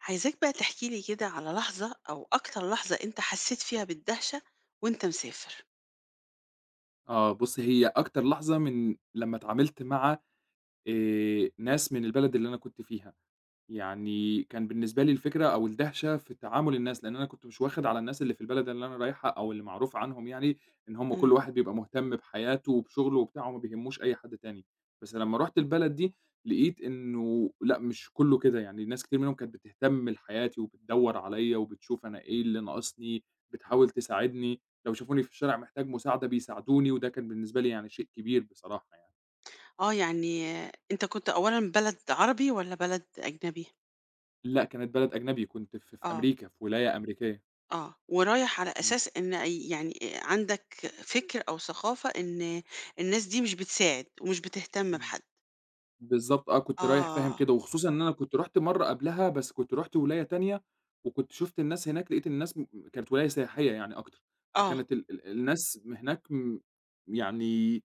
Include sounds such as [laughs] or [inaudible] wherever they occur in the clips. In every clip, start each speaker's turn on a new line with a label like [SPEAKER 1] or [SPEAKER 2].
[SPEAKER 1] عايزاك بقى تحكي لي كده على لحظة أو أكتر لحظة أنت حسيت فيها بالدهشة وأنت مسافر.
[SPEAKER 2] آه، بُصّي هي أكتر لحظة من لمّا اتعاملت مع ناس من البلد اللي أنا كنت فيها. يعني كان بالنسبة لي الفكرة أو الدهشة في تعامل الناس، لإن أنا كنت مش واخد على الناس اللي في البلد اللي أنا رايحها أو اللي معروف عنهم يعني إن هم
[SPEAKER 1] إمم.
[SPEAKER 2] كل واحد بيبقى مهتم بحياته وبشغله وبتاعه وما بيهموش أي حد تاني، بس لمّا رُحت البلد دي لقيت إنه لأ، مش كُلّه كده، يعني ناس كتير منهم كانت بتهتم لحياتي وبتدوّر عليّا وبتشوف أنا إيه اللي ناقصني، بتحاول تساعدني، لو شافوني في الشارع محتاج مساعدة بيساعدوني، وده كان بالنسبة لي يعني شيء كبير بصراحة يعني.
[SPEAKER 1] آه، يعني أنت كنت أولًا بلد عربي والّا بلد أجنبي؟
[SPEAKER 2] لأ، كانت بلد أجنبي، كنت في
[SPEAKER 1] آه،
[SPEAKER 2] أمريكا، في ولاية أمريكية.
[SPEAKER 1] ورايح على أساس إن أي يعني عندك فكر أو ثقافة إن الناس دي مش بتساعد ومش بتهتم
[SPEAKER 2] إمم.
[SPEAKER 1] بحد.
[SPEAKER 2] بالضبط آه، كنت رايح فاهم
[SPEAKER 1] آه،
[SPEAKER 2] كده، وخصوصًا إن أنا كنت رُحت مرّة قبلها، بس كنت رُحت ولاية تانية، وكنت شُفت الناس هناك، لقيت الناس كانت ولاية سياحية يعني أكتر،
[SPEAKER 1] آه.
[SPEAKER 2] فكانت ال الناس هناك يعني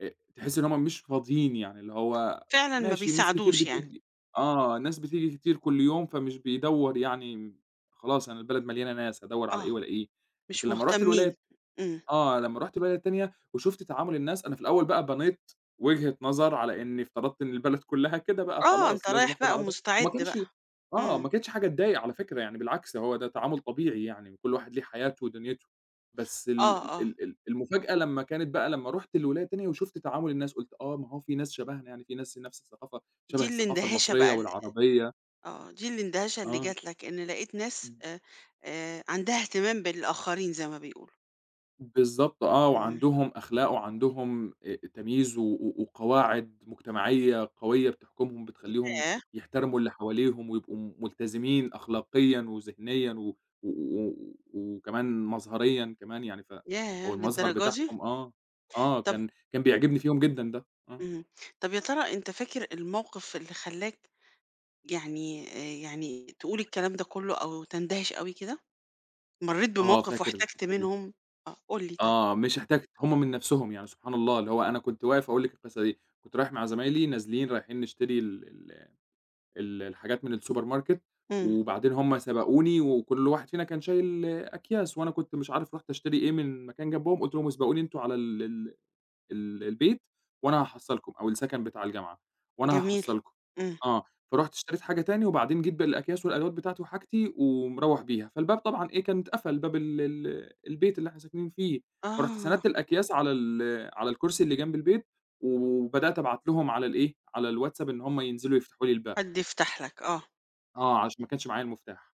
[SPEAKER 2] تحس إن هُم مش فاضيين يعني، اللي هو
[SPEAKER 1] فعلًا ما
[SPEAKER 2] ماشي ناس كتير
[SPEAKER 1] بيساعدوش يعني.
[SPEAKER 2] بتيجي آه، ناس بتيجي كتير كل يوم، فمش بيدوّر يعني خلاص أنا البلد مليانة ناس، هادوّر على إيه
[SPEAKER 1] آه،
[SPEAKER 2] وألاقيه، لكن
[SPEAKER 1] مش
[SPEAKER 2] لمّا رُحت
[SPEAKER 1] مهتمين.
[SPEAKER 2] الولاية
[SPEAKER 1] إمم.
[SPEAKER 2] آه، لمّا رُحت بلد تانية وشُفت تعامل الناس، أنا في الأول بقى بنيت وجهة نظر على إني افترضت إن البلد كلّها كده بقى
[SPEAKER 1] آه، أنت
[SPEAKER 2] خلاص لازم
[SPEAKER 1] رايح
[SPEAKER 2] آخُد
[SPEAKER 1] بقى
[SPEAKER 2] على ده، وما
[SPEAKER 1] ومستعد بقى.
[SPEAKER 2] كانش آه،
[SPEAKER 1] إمم.
[SPEAKER 2] ما كانتش حاجة تضايق على فكرة يعني بالعكس هو ده تعامل طبيعي يعني، كل واحد ليه حياته ودنيته، بس ال
[SPEAKER 1] آه،
[SPEAKER 2] ال
[SPEAKER 1] آه.
[SPEAKER 2] ال ال المفاجأة لمّا كانت بقى لمّا رُحت الولاية التانية وشُفت تعامل الناس، قُلت آه، ما هو في ناس شبهنا يعني، في ناس نَفْس الثقافة شبه
[SPEAKER 1] دي اللي
[SPEAKER 2] الثقافة
[SPEAKER 1] اندهشة
[SPEAKER 2] المصرية
[SPEAKER 1] بقى،
[SPEAKER 2] والعربية،
[SPEAKER 1] آه، دي الاندهاشة اللي
[SPEAKER 2] آه.
[SPEAKER 1] جات لك إن لقيت ناس عندها اهتمام بالآخرين زي ما بيقولوا.
[SPEAKER 2] بالضبط آه،
[SPEAKER 1] إمم.
[SPEAKER 2] وعندهم أخلاق وعندهم تمييز و وقواعد مجتمعية قوية بتحكمهم، بتخلّيهم
[SPEAKER 1] ياه!
[SPEAKER 2] يحترموا اللي حواليهم ويبقوا ملتزمين أخلاقيًا وذهنيًا و وكمان مظهريًا كمان يعني ف أو
[SPEAKER 1] ياه!
[SPEAKER 2] المظهر
[SPEAKER 1] للدرجة دي!
[SPEAKER 2] بتاعهم آه، آه،
[SPEAKER 1] طب،
[SPEAKER 2] كان كان بيعجبني فيهم جدًا ده، آه،
[SPEAKER 1] إمم، طب يا ترى أنت فاكر الموقف اللي خلّاك، يعني يعني تقول الكلام ده كله أو تندهش أوي كده؟ مرّيت
[SPEAKER 2] آه
[SPEAKER 1] بموقف
[SPEAKER 2] فاكر
[SPEAKER 1] واحتجت
[SPEAKER 2] الحتّة دي،
[SPEAKER 1] منهم. آه، قُل لي طيب.
[SPEAKER 2] آه، مش احتاجت هم من نَفْسهم يعني سبحان الله، اللي هو أنا كنت واقف هاقول لِك القصة دي، كنت رايح مع زمايلي نازلين رايحين نشتري ال الحاجات من السوبر ماركت،
[SPEAKER 1] إمم،
[SPEAKER 2] وبعدين هم سبقوني وكل واحد فينا كان شايل أكياس، وأنا كنت مش عارف رُحت أشتري إيه من مكان جنبهم، قُلت لهم اسبقوني أنتم على ال البيت وأنا هاحصّلكم أو السكن بتاع الجامعة، وأنا
[SPEAKER 1] جميل.
[SPEAKER 2] هاحصّلكم.
[SPEAKER 1] إمم،
[SPEAKER 2] آه، فرُحت اشتريت حاجة تاني وبعدين جيت بالأكياس والأدوات بتاعتي وحاجتي ومروّح بيها، فالباب طبعًا إيه، كان اتقفل باب ال البيت اللي إحنا ساكنين فيه، فرُحت
[SPEAKER 1] آه،
[SPEAKER 2] سندت الأكياس على ال على الكرسي اللي جنب البيت، وبدأت أبعت لهم على الإيه، على الواتساب إن هم ينزلوا يفتحوا لي الباب.
[SPEAKER 1] حد يفتح لك، آه،
[SPEAKER 2] آه، عشان ما كانش معايا المفتاح.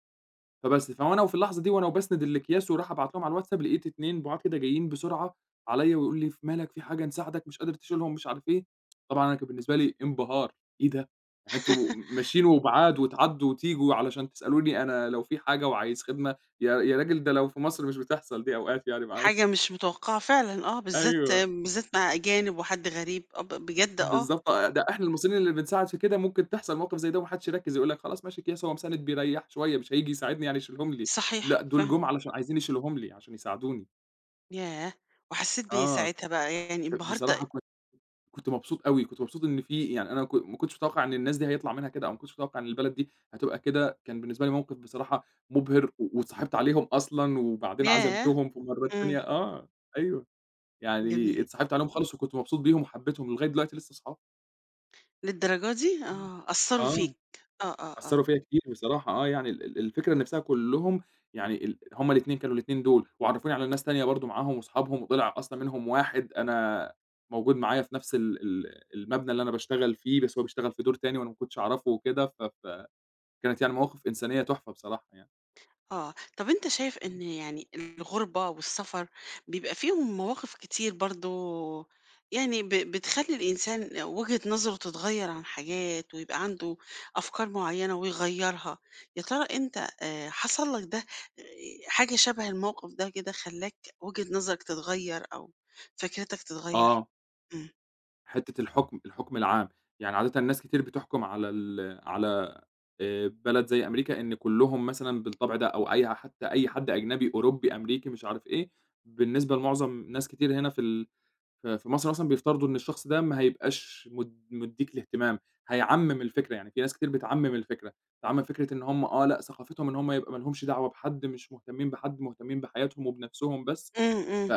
[SPEAKER 2] فبس، فوأنا وفي اللحظة دي وأنا وباسند الأكياس ورايح أبعت لهم على الواتساب، لقيت 2 بُعاد كده جايين بسرعة عليّا ويقولوا لي: "في مالك، في حاجة، نساعدك، مش قادر تشيلهم." مش عارف إيه. طبعًا أنا كان بالنسبة لي انبهار، إيه ده! يعني أنتم ماشيين وبُعاد وتعدّوا وتيجوا علشان تسألوني أنا لو في حاجة وعايز خدمة، يا راجل ده لو في مصر مش بتحصل دي أوقات يعني معايا.
[SPEAKER 1] حاجة مش متوقعة فعلًا، آه،
[SPEAKER 2] [laughs]
[SPEAKER 1] بالذات
[SPEAKER 2] أيوه.
[SPEAKER 1] بالذات مع أجانب وحد غريب، آه، بجد آه.
[SPEAKER 2] بالضبط آه، ده إحنا المصريين اللي بنساعد في كده ممكن تحصل موقف زي ده وما حدش يركّز، يقول لك خلاص ماشي أكياس هو مساند بيريّح شوية مش هييجي يساعدني يعني يشيلهم لي، لأ
[SPEAKER 1] صحيح
[SPEAKER 2] دول
[SPEAKER 1] فعلًا،
[SPEAKER 2] جُم علشان عايزين يشيلوهم لي عشان يساعدوني،
[SPEAKER 1] ياه! وحسيت بإيه
[SPEAKER 2] آه،
[SPEAKER 1] ساعتها بقى، يعني انبهرت؟
[SPEAKER 2] بصراحة كنت مبسوط أوي، كنت مبسوط إن في يعني أنا ما كنتش متوقع إن الناس دي هيطلع منها كده أو ما كنتش متوقع إن البلد دي هتبقى كده، كان بالنسبة لي موقف بصراحة مُبهِر واتصاحبت عليهم أصلًا وبعدين
[SPEAKER 1] ياه!
[SPEAKER 2] عزمتهم في مرّة
[SPEAKER 1] إمم،
[SPEAKER 2] تانية آه، أيوه،
[SPEAKER 1] جميل،
[SPEAKER 2] يعني اتصاحبت عليهم خالص وكنت مبسوط بيهم وحبيتهم، لغاية دلوقتي لسه صحاب.
[SPEAKER 1] للدرجة دي!
[SPEAKER 2] إمم.
[SPEAKER 1] آه، أثّروا
[SPEAKER 2] آه.
[SPEAKER 1] فيك، آه، آه، آه.
[SPEAKER 2] أثّروا فيّا كتير بصراحة آه، يعني ال الفكرة نفْسها كلّهم يعني هم الاتنين كانوا الاتنين دول، وعرّفوني على ناس تانية برضه معاهم وأصحابهم وطلع أصلًا منهم واحد أنا موجود معايا في نفْس ال المبنى اللي أنا باشتغل فيه، بس هو بيشتغل في دور تاني وأنا ما كنتش أعرفه وكده، فكانت يعني مواقف إنسانية تحفة بصراحة يعني.
[SPEAKER 1] آه، طب أنت شايف إن يعني الغُربة والسفر بيبقى فيهم مواقف كتير برضه، يعني بتخلّي الإنسان وجهة نظره تتغيّر عن حاجات ويبقى عنده أفكار معيّنة ويغيّرها. يا ترى أنت حصل لك ده، آآ حاجة شَبه الموقف ده كده خلّاك وجهة نظرك تتغيّر أو فكرتك تتغيّر؟
[SPEAKER 2] آه.
[SPEAKER 1] إمم.
[SPEAKER 2] حتّة الحُكم، الحُكم العام، يعني عادةً ناس كتير بتحكُم على ال على بلد زي أمريكا إن كلّهم مثلًا بالطبع ده أو أي حتّى أي حد أجنبي، أوروبي، أمريكي، مش عارف إيه، بالنسبة لمُعظم ناس كتير هنا في ال ف في مصر مثلًا بيفترضوا إن الشخص ده ما هيبقاش مدّيك الاهتمام، هيعمّم الفكرة، يعني في ناس كتير بتعمّم الفكرة، تعمّم فكرة إن هُم آه لأ، ثقافتهم إن هُم يبقى ما لهمش دعوة بحد، مش مهتمّين بحد، مهتمّين بحياتهم وبنَفْسهم بس،
[SPEAKER 1] إمم، إمم.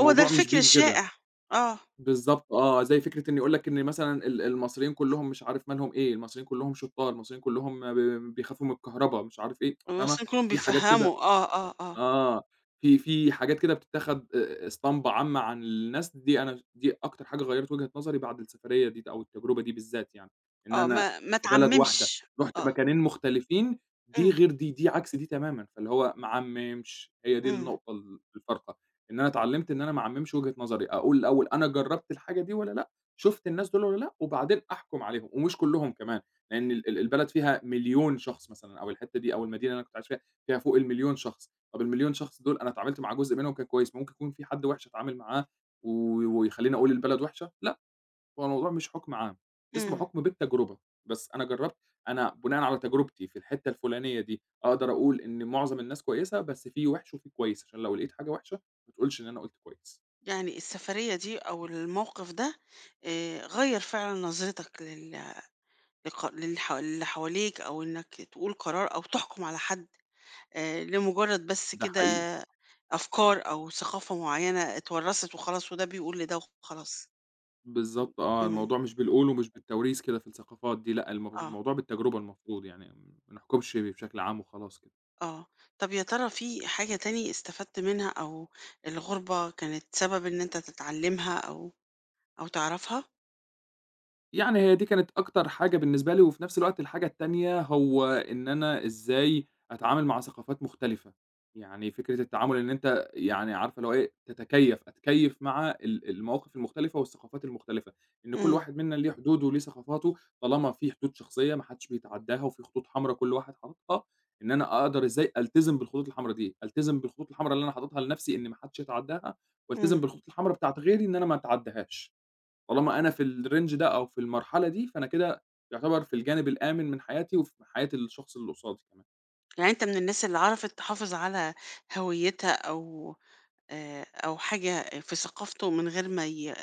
[SPEAKER 1] هو ده
[SPEAKER 2] مش
[SPEAKER 1] الفكر
[SPEAKER 2] بييجي كده.
[SPEAKER 1] الشائع. آه.
[SPEAKER 2] بالضبط آه، زي فكرة إن يقول لك إن مثلًا المصريين كلّهم مش عارف مالهم إيه، المصريين كلّهم شُطّار، المصريين كلّهم بيخافوا من الكهربا، مش عارف إيه، فاهمة،
[SPEAKER 1] المصريين كلّهم
[SPEAKER 2] في حاجات كده
[SPEAKER 1] بيفهّموا. آه، آه، آه.
[SPEAKER 2] آه، في حاجات كده بتتاخد اسطمبة عامة عن الناس، دي أنا دي أكتر حاجة غيّرت وجهة نظري بعد السفرية دي أو التجربة دي بالذات يعني، إن
[SPEAKER 1] آه،
[SPEAKER 2] أنا
[SPEAKER 1] ما
[SPEAKER 2] في بلد واحدة
[SPEAKER 1] تعمّمش.
[SPEAKER 2] رُحت
[SPEAKER 1] آه.
[SPEAKER 2] مكانين مختلفين، دي
[SPEAKER 1] إمم،
[SPEAKER 2] غير دي، دي عكس دي تمامًا، فاللي هو ما أعممش، هي دي
[SPEAKER 1] إمم،
[SPEAKER 2] النقطة الفارقة، إن أنا اتعلمت إن أنا ما أعممش وجهة نظري، أقول الأول أنا جرّبت الحاجة دي والّا لأ، شُفت الناس دول والّا لأ، وبعدين أحكم عليهم، ومش كلّهم كمان، لأن ال البلد فيها مليون شخص مثلًا، أو الحتة دي أو المدينة اللي أنا كنت عايش فيها، فيها فوق ال1000000 شخص، طَب ال1.000.000 شخص دول أنا اتعاملت مع جزء منهم كان كويس، ممكن يكون في حد وِحِش اتعامل معاه و ويخلّيني أقول البلد وِحشة؟ لأ، هو الموضوع مش حُكم عام، اسمه
[SPEAKER 1] إمم.
[SPEAKER 2] حُكم بالتجربة، بس أنا جرّبت أنا بناءً على تجربتي في الحتّة الفُلانية دي، أقدر أقول إن معظم الناس كويسة، بس في وِحِش وفي كويس، عشان لو لقيت حاجة وِحشة ما تقولش إن أنا قُلت كويس،
[SPEAKER 1] يعني السفرية دي أو الموقف ده غيّر فعلًا نظرتك لل، لق للح للي حواليك أو إنّك تقول قرار أو تحكُم على حد لمُجرّد بس
[SPEAKER 2] ده
[SPEAKER 1] كده
[SPEAKER 2] حقيقي.
[SPEAKER 1] أفكار أو ثقافة معيّنة اتورّثت وخلاص وده بيقول لده وخلاص.
[SPEAKER 2] بالضبط آه،
[SPEAKER 1] إمم.
[SPEAKER 2] الموضوع مش بالقول ومش بالتوريث كده في الثقافات دي لأ،
[SPEAKER 1] آه،
[SPEAKER 2] الموضوع بالتجربة المفروض يعني، ما نحكُمش بشكل عام وخلاص كده.
[SPEAKER 1] آه. طَب يا ترى في حاجة تاني استفدت منها أو الغُربة كانت سبب إن أنت تتعلّمها أو أو تعرفها؟
[SPEAKER 2] يعني هي دي كانت أكتر حاجة بالنسبة لي، وفي نفس الوقت الحاجة التانية هو إن أنا إزاي أتعامل مع ثقافات مختلفة، يعني فكرة التعامل إن أنت يعني عارفة اللي هو إيه، تتكيّف، أتكيّف مع المواقف المختلفة والثقافات المختلفة، إن كل
[SPEAKER 1] إمم،
[SPEAKER 2] واحد منا ليه حدوده وليه ثقافاته، طالما في حدود شخصية ما حدش بيتعدّاها وفي خطوط حمرا كل واحد حاططها، إن أنا أقدر إزاي ألتزم بالخطوط الحمرا دي، ألتزم بالخطوط الحمرا اللي أنا حاططها لنفسي إن ما حدش يتعدّاها،
[SPEAKER 1] إمم.
[SPEAKER 2] والتزم بالخطوط الحمرا بتاعة غيري إن أنا ما أتعدّاهاش. طالما أنا في الrange ده أو في المرحلة دي، فأنا كده يعتبر في الجانب الآمن من حياتي وفي حياة الشخص اللي قصادي كمان.
[SPEAKER 1] يعني أنت من الناس اللي عرفت تحافظ على هويتها أو أو حاجة في ثقافته من غير ما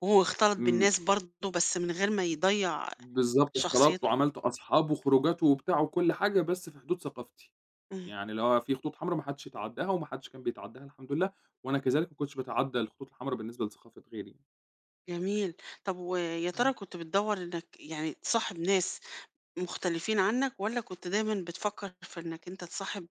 [SPEAKER 1] وهو اختلط
[SPEAKER 2] إمم،
[SPEAKER 1] بالناس برضه بس من غير ما يضيّع
[SPEAKER 2] بالضبط، اختلطت
[SPEAKER 1] شخصيته؟
[SPEAKER 2] وعملت أصحاب وخروجات وبتاع وكل حاجة، بس في حدود ثقافتي،
[SPEAKER 1] إمم،
[SPEAKER 2] يعني اللي هو في خطوط حمرا ما حدش يتعدّاها وما حدش كان بيتعدّاها الحمد لله، وأنا كذلك ما كنتش باتعدّى الخطوط الحمرا بالنسبة لثقافة غيري.
[SPEAKER 1] جميل. طب ويا
[SPEAKER 2] إمم.
[SPEAKER 1] ترى كنت بتدوّر إنك يعني تصاحب ناس مختلفين عنك والّا كنت دايمًا بتفكّر في إنك أنت تصاحب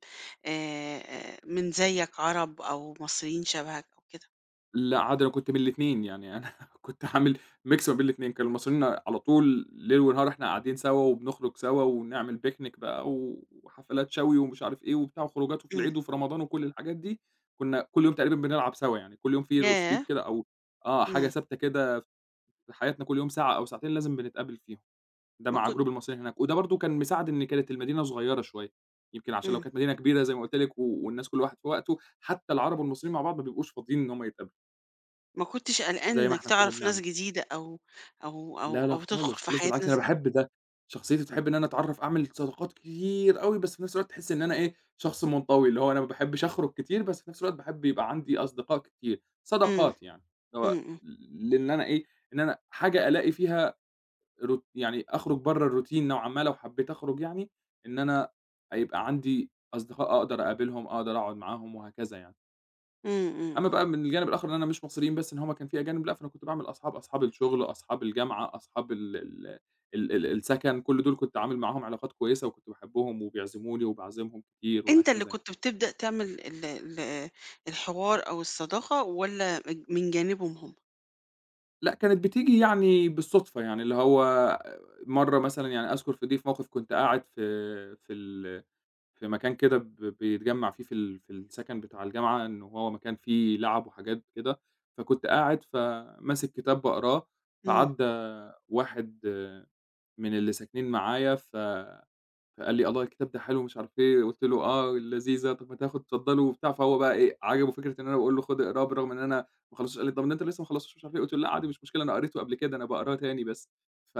[SPEAKER 1] من زيّك عرب أو مصريين شبهك أو كده؟
[SPEAKER 2] لأ عادي أنا كنت من الاتنين، يعني أنا [laughs] كنت عامل mix ما بين الاتنين، كانوا المصريين على طول ليل ونهار إحنا قاعدين سوا وبنخرج سوا ونعمل picnic بقى و- وحفلات شوي ومش عارف إيه وبتاع وخروجات وفي
[SPEAKER 1] إمم،
[SPEAKER 2] العيد وفي رمضان وكل الحاجات دي، كنا كل يوم تقريبًا بنلعب سوا يعني، كل يوم في روسبيت
[SPEAKER 1] ياه!
[SPEAKER 2] كده أو آه، حاجة
[SPEAKER 1] إمم،
[SPEAKER 2] ثابتة كده في حياتنا كل يوم ساعة أو ساعتين لازم بنتقابل فيهم، ده
[SPEAKER 1] ما
[SPEAKER 2] مع
[SPEAKER 1] كن
[SPEAKER 2] group المصريين هناك، وده برضه كان مساعد إن كانت المدينة صغيرة شوية، يمكن عشان لو
[SPEAKER 1] إمم.
[SPEAKER 2] كانت مدينة كبيرة زي ما قُلت لِك والناس كل واحد في وقته، حتى العرب والمصريين مع بعض ما بيبقوش فاضيين إن هم يتقابلوا.
[SPEAKER 1] ما كنتش قلقان
[SPEAKER 2] زي ما
[SPEAKER 1] إنك
[SPEAKER 2] إحنا كنّا
[SPEAKER 1] تعرف ناس
[SPEAKER 2] بنعمل.
[SPEAKER 1] جديدة أو
[SPEAKER 2] لا، لا
[SPEAKER 1] أو تدخل
[SPEAKER 2] خالص،
[SPEAKER 1] في
[SPEAKER 2] خالص
[SPEAKER 1] حياة
[SPEAKER 2] بالعكس أنا
[SPEAKER 1] ناس
[SPEAKER 2] باحب ده، شخصيتي بتحب إن أنا أتعرّف أعمل صداقات كتير أوي، بس في نفس الوقت تحس إن أنا إيه، شخص منطوي، اللي هو أنا ما باحبش أخرج كتير، بس في نفس الوقت باحب يبقى عندي أصدقاء كتير،
[SPEAKER 1] إمم،
[SPEAKER 2] صداقات يعني، اللي
[SPEAKER 1] إمم،
[SPEAKER 2] هو
[SPEAKER 1] إمم،
[SPEAKER 2] لإن أنا إيه، إن أنا حاجة ألاقي فيها روت يعني أخرج برّه الروتين نوعًا ما لو حبيت أخرج يعني، إن أنا هيبقى عندي أصدقاء أقدر أقابلهم، أقدر أقعد معاهم وهكذا يعني.
[SPEAKER 1] إمم، إمم.
[SPEAKER 2] أمّا
[SPEAKER 1] إمم.
[SPEAKER 2] بقى من الجانب الآخر إن أنا مش مصريين بس، إن هم كان في أجانب، لأ، فأنا كنت باعمل أصحاب، أصحاب الشغل، أصحاب الجامعة، أصحاب ال السكن، كل دول كنت عامل معاهم علاقات كويسة وكنت باحبهم وبيعزموني وباعزمهم كتير
[SPEAKER 1] أنت اللي
[SPEAKER 2] وهكذا يعني.
[SPEAKER 1] كنت بتبدأ تعمل ال ال الحوار أو الصداقة والّا من جانبهم هم؟
[SPEAKER 2] لأ، كانت بتيجي يعني بالصُدفة، يعني اللي هو مرّة مثلًا يعني أذكر في دي في موقف كنت قاعد في في مكان كده بيتجمّع فيه في في السكن بتاع الجامعة، إن هو مكان فيه لَعَب وحاجات كده، فكنت قاعد فماسك كتاب باقراه،
[SPEAKER 1] إمم،
[SPEAKER 2] فعدّى واحد من اللي ساكنين معايا، فقال لي: "الله الكتاب ده حلو." ومش عارف إيه، قُلت له: "آه، لذيذة، طَب ما تاخد اتفضله." وبتاع، فهو بقى إيه، عجبه فكرة إن أنا باقول له خُد اقراه برغم إن أنا ما خلّصتوش، قال لي: "طَب ده أنت لسه ما خلّصتوش." مش عارف إيه، قُلت له: "لأ، عادي مش مشكلة، أنا قريته قبل كده، أنا باقراه تاني بس." ف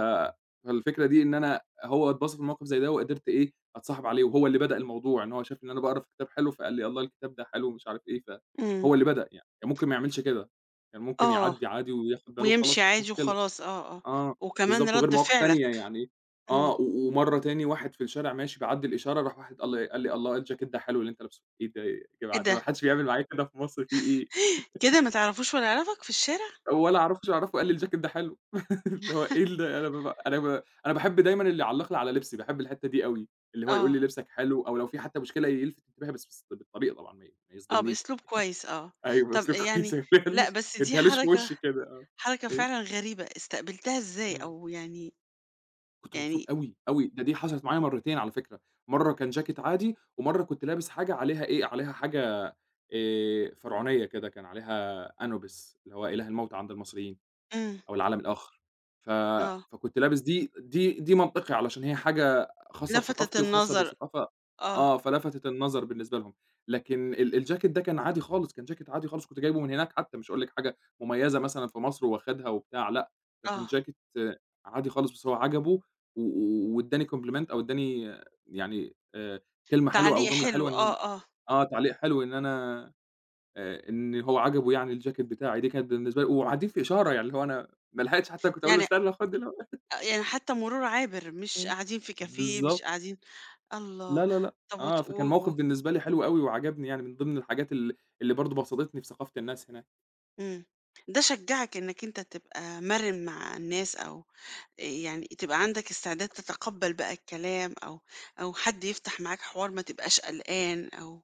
[SPEAKER 2] فالفكرة دي إن أنا هو اتبسط في موقف زي ده وقدرت إيه، أتصاحب عليه وهو اللي بدأ الموضوع، إن هو شاف إن أنا باقرا في كتاب حلو، فقال لي: "الله الكتاب ده حلو." ومش عارف إيه،
[SPEAKER 1] إمم.
[SPEAKER 2] فهو اللي بدأ يعني، كان ممكن ما يعملش كده، كان ممكن
[SPEAKER 1] آه،
[SPEAKER 2] يعدّي عادي وياخد باله وخلاص
[SPEAKER 1] ويمشي
[SPEAKER 2] مش
[SPEAKER 1] عادي
[SPEAKER 2] مشكلة.
[SPEAKER 1] وخلاص، آه، آه.
[SPEAKER 2] آه،
[SPEAKER 1] وكمان
[SPEAKER 2] بالضبط، وغير
[SPEAKER 1] رَد
[SPEAKER 2] مواقف تانية
[SPEAKER 1] فعلك.
[SPEAKER 2] يعني آه،
[SPEAKER 1] إمم.
[SPEAKER 2] ومرّة تاني واحد في الشارع ماشي بيعدّي الإشارة، راح واحد قال لي: "الله، إيه الجاكيت ده حلو اللي أنت لابسه، إيه ده إيه يا
[SPEAKER 1] إيه
[SPEAKER 2] جماعة ده
[SPEAKER 1] ده!
[SPEAKER 2] ما حدش بيعمل معايا كده في مصر في إيه؟"
[SPEAKER 1] [gasps] كده ما تعرفوش ولا يعرفك في الشارع؟
[SPEAKER 2] ولا أعرفش أعرفه قال لي: "الجاكيت ده حلو." [laughs] اللي هو إيه اللي أنا بابقى أنا أنا باحب دايمًا اللي يعلّق لي على لبسي، باحب الحتّة دي أوي، اللي هو يقول
[SPEAKER 1] آه،
[SPEAKER 2] لي: "لبسك حلو." أو لو في حتى مشكلة يلفت انتباهي بس بالطريقة طبعًا ما
[SPEAKER 1] آه،
[SPEAKER 2] يصدمنيش يعني.
[SPEAKER 1] بأسلوب كويس آه.
[SPEAKER 2] أيوه، [laughs]
[SPEAKER 1] طب
[SPEAKER 2] بأسلوب كويس
[SPEAKER 1] يعني،
[SPEAKER 2] ما
[SPEAKER 1] لأ،
[SPEAKER 2] يقولهاليش
[SPEAKER 1] بس
[SPEAKER 2] ما
[SPEAKER 1] دي
[SPEAKER 2] يدّيهاليش في وشّي كده آه.
[SPEAKER 1] حركة
[SPEAKER 2] إيه؟
[SPEAKER 1] فعلًا غريبة، استقبلتها إزاي
[SPEAKER 2] إمم.
[SPEAKER 1] أو يعني،
[SPEAKER 2] كنت مبسوط
[SPEAKER 1] يعني
[SPEAKER 2] أوي، أوي، دي حصلت معايا مرّتين على فكرة، مرّة كان جاكيت عادي، ومرّة كنت لابس حاجة عليها إيه، عليها حاجة فرعونية كده، كان عليها أنوبيس اللي هو إله الموت عند المصريين.
[SPEAKER 1] إمم،
[SPEAKER 2] أو العالم الآخر. ف
[SPEAKER 1] آه،
[SPEAKER 2] فكنت لابس دي منطقي علشان هي حاجة خاصة
[SPEAKER 1] لفتت
[SPEAKER 2] بثقافتي وخاصة
[SPEAKER 1] النظر،
[SPEAKER 2] بالثقافة
[SPEAKER 1] آه،
[SPEAKER 2] آه، فلفتت النظر بالنسبة لهم. لكن الجاكيت ده كان عادي خالص، كان جاكيت عادي خالص كنت جايبه من هناك حتى مش هاقول لِك حاجة مميزة مثلًا في مصر واخدها وبتاع لأ، ده كان
[SPEAKER 1] آه،
[SPEAKER 2] جاكيت آه، عادي خالص بس هو عجبه و وادّاني compliment أو ادّاني آه، يعني كلمة حلوة أو
[SPEAKER 1] تعليق
[SPEAKER 2] جملة
[SPEAKER 1] حلو،
[SPEAKER 2] حلوة إن ال
[SPEAKER 1] آه، آه،
[SPEAKER 2] آه، تعليق حلو إن أنا إن هو عجبه يعني الجاكيت بتاعي، دي كانت بالنسبة لي وقاعدين في إشارة، يعني اللي هو أنا ما لحقتش حتى كنت أقول له
[SPEAKER 1] يعني،
[SPEAKER 2] استنى خُد اللي هو
[SPEAKER 1] يعني حتى مرور عابر، مش قاعدين في كافيه، مش
[SPEAKER 2] بالضبط.
[SPEAKER 1] قاعدين.
[SPEAKER 2] [laughs]
[SPEAKER 1] الله!
[SPEAKER 2] لا، لا، لأ،
[SPEAKER 1] طب وت
[SPEAKER 2] آه،
[SPEAKER 1] و
[SPEAKER 2] فكان موقِف
[SPEAKER 1] و،
[SPEAKER 2] بالنسبة لي حلو أوي وعجبني يعني من ضمن الحاجات اللي برضه بسطتني في ثقافة الناس هناك.
[SPEAKER 1] إمم، ده شجّعك إنك أنت تبقى مَرِن مع الناس أو يعني تبقى عندك استعداد تتقبّل بقى الكلام أو أو حد يفتح معاك حوار ما تبقاش قلقان أو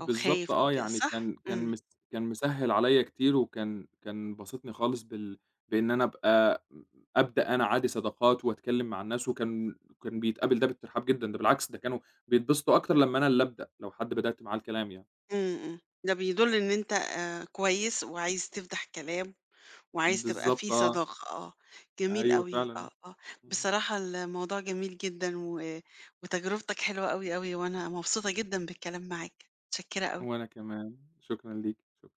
[SPEAKER 1] أو خايف أو
[SPEAKER 2] آه،
[SPEAKER 1] كده،
[SPEAKER 2] يعني
[SPEAKER 1] صح؟ إمم،
[SPEAKER 2] كان مسهِّل عليّا كتير وكان كان باسطني خالص بإن أنا أبقى م أبدأ أنا عادي صداقات وأتكلّم مع الناس وكان كان بيتقابل ده باترحاب جدًا، ده بالعكس ده كانوا بيتبسطوا أكتر لمّا أنا اللي أبدأ، لو حد بدأت معاه الكلام يعني.
[SPEAKER 1] إمم، إمم، ده بيدُل إن أنت كويس وعايز تفتح كلام وعايز تبقى
[SPEAKER 2] بالضبط
[SPEAKER 1] في
[SPEAKER 2] آه،
[SPEAKER 1] صداقة، آه، جميل
[SPEAKER 2] أيوه
[SPEAKER 1] أوي،
[SPEAKER 2] فعلًا آه،
[SPEAKER 1] آه، آه،
[SPEAKER 2] إمم،
[SPEAKER 1] بصراحة الموضوع جميل جدًا وتجربتك حلوة أوي، أوي، وأنا مبسوطة جدًا بالكلام معاك، متشكرة أوي.
[SPEAKER 2] وأنا كمان، شكرًا ليكِ، شكرًا.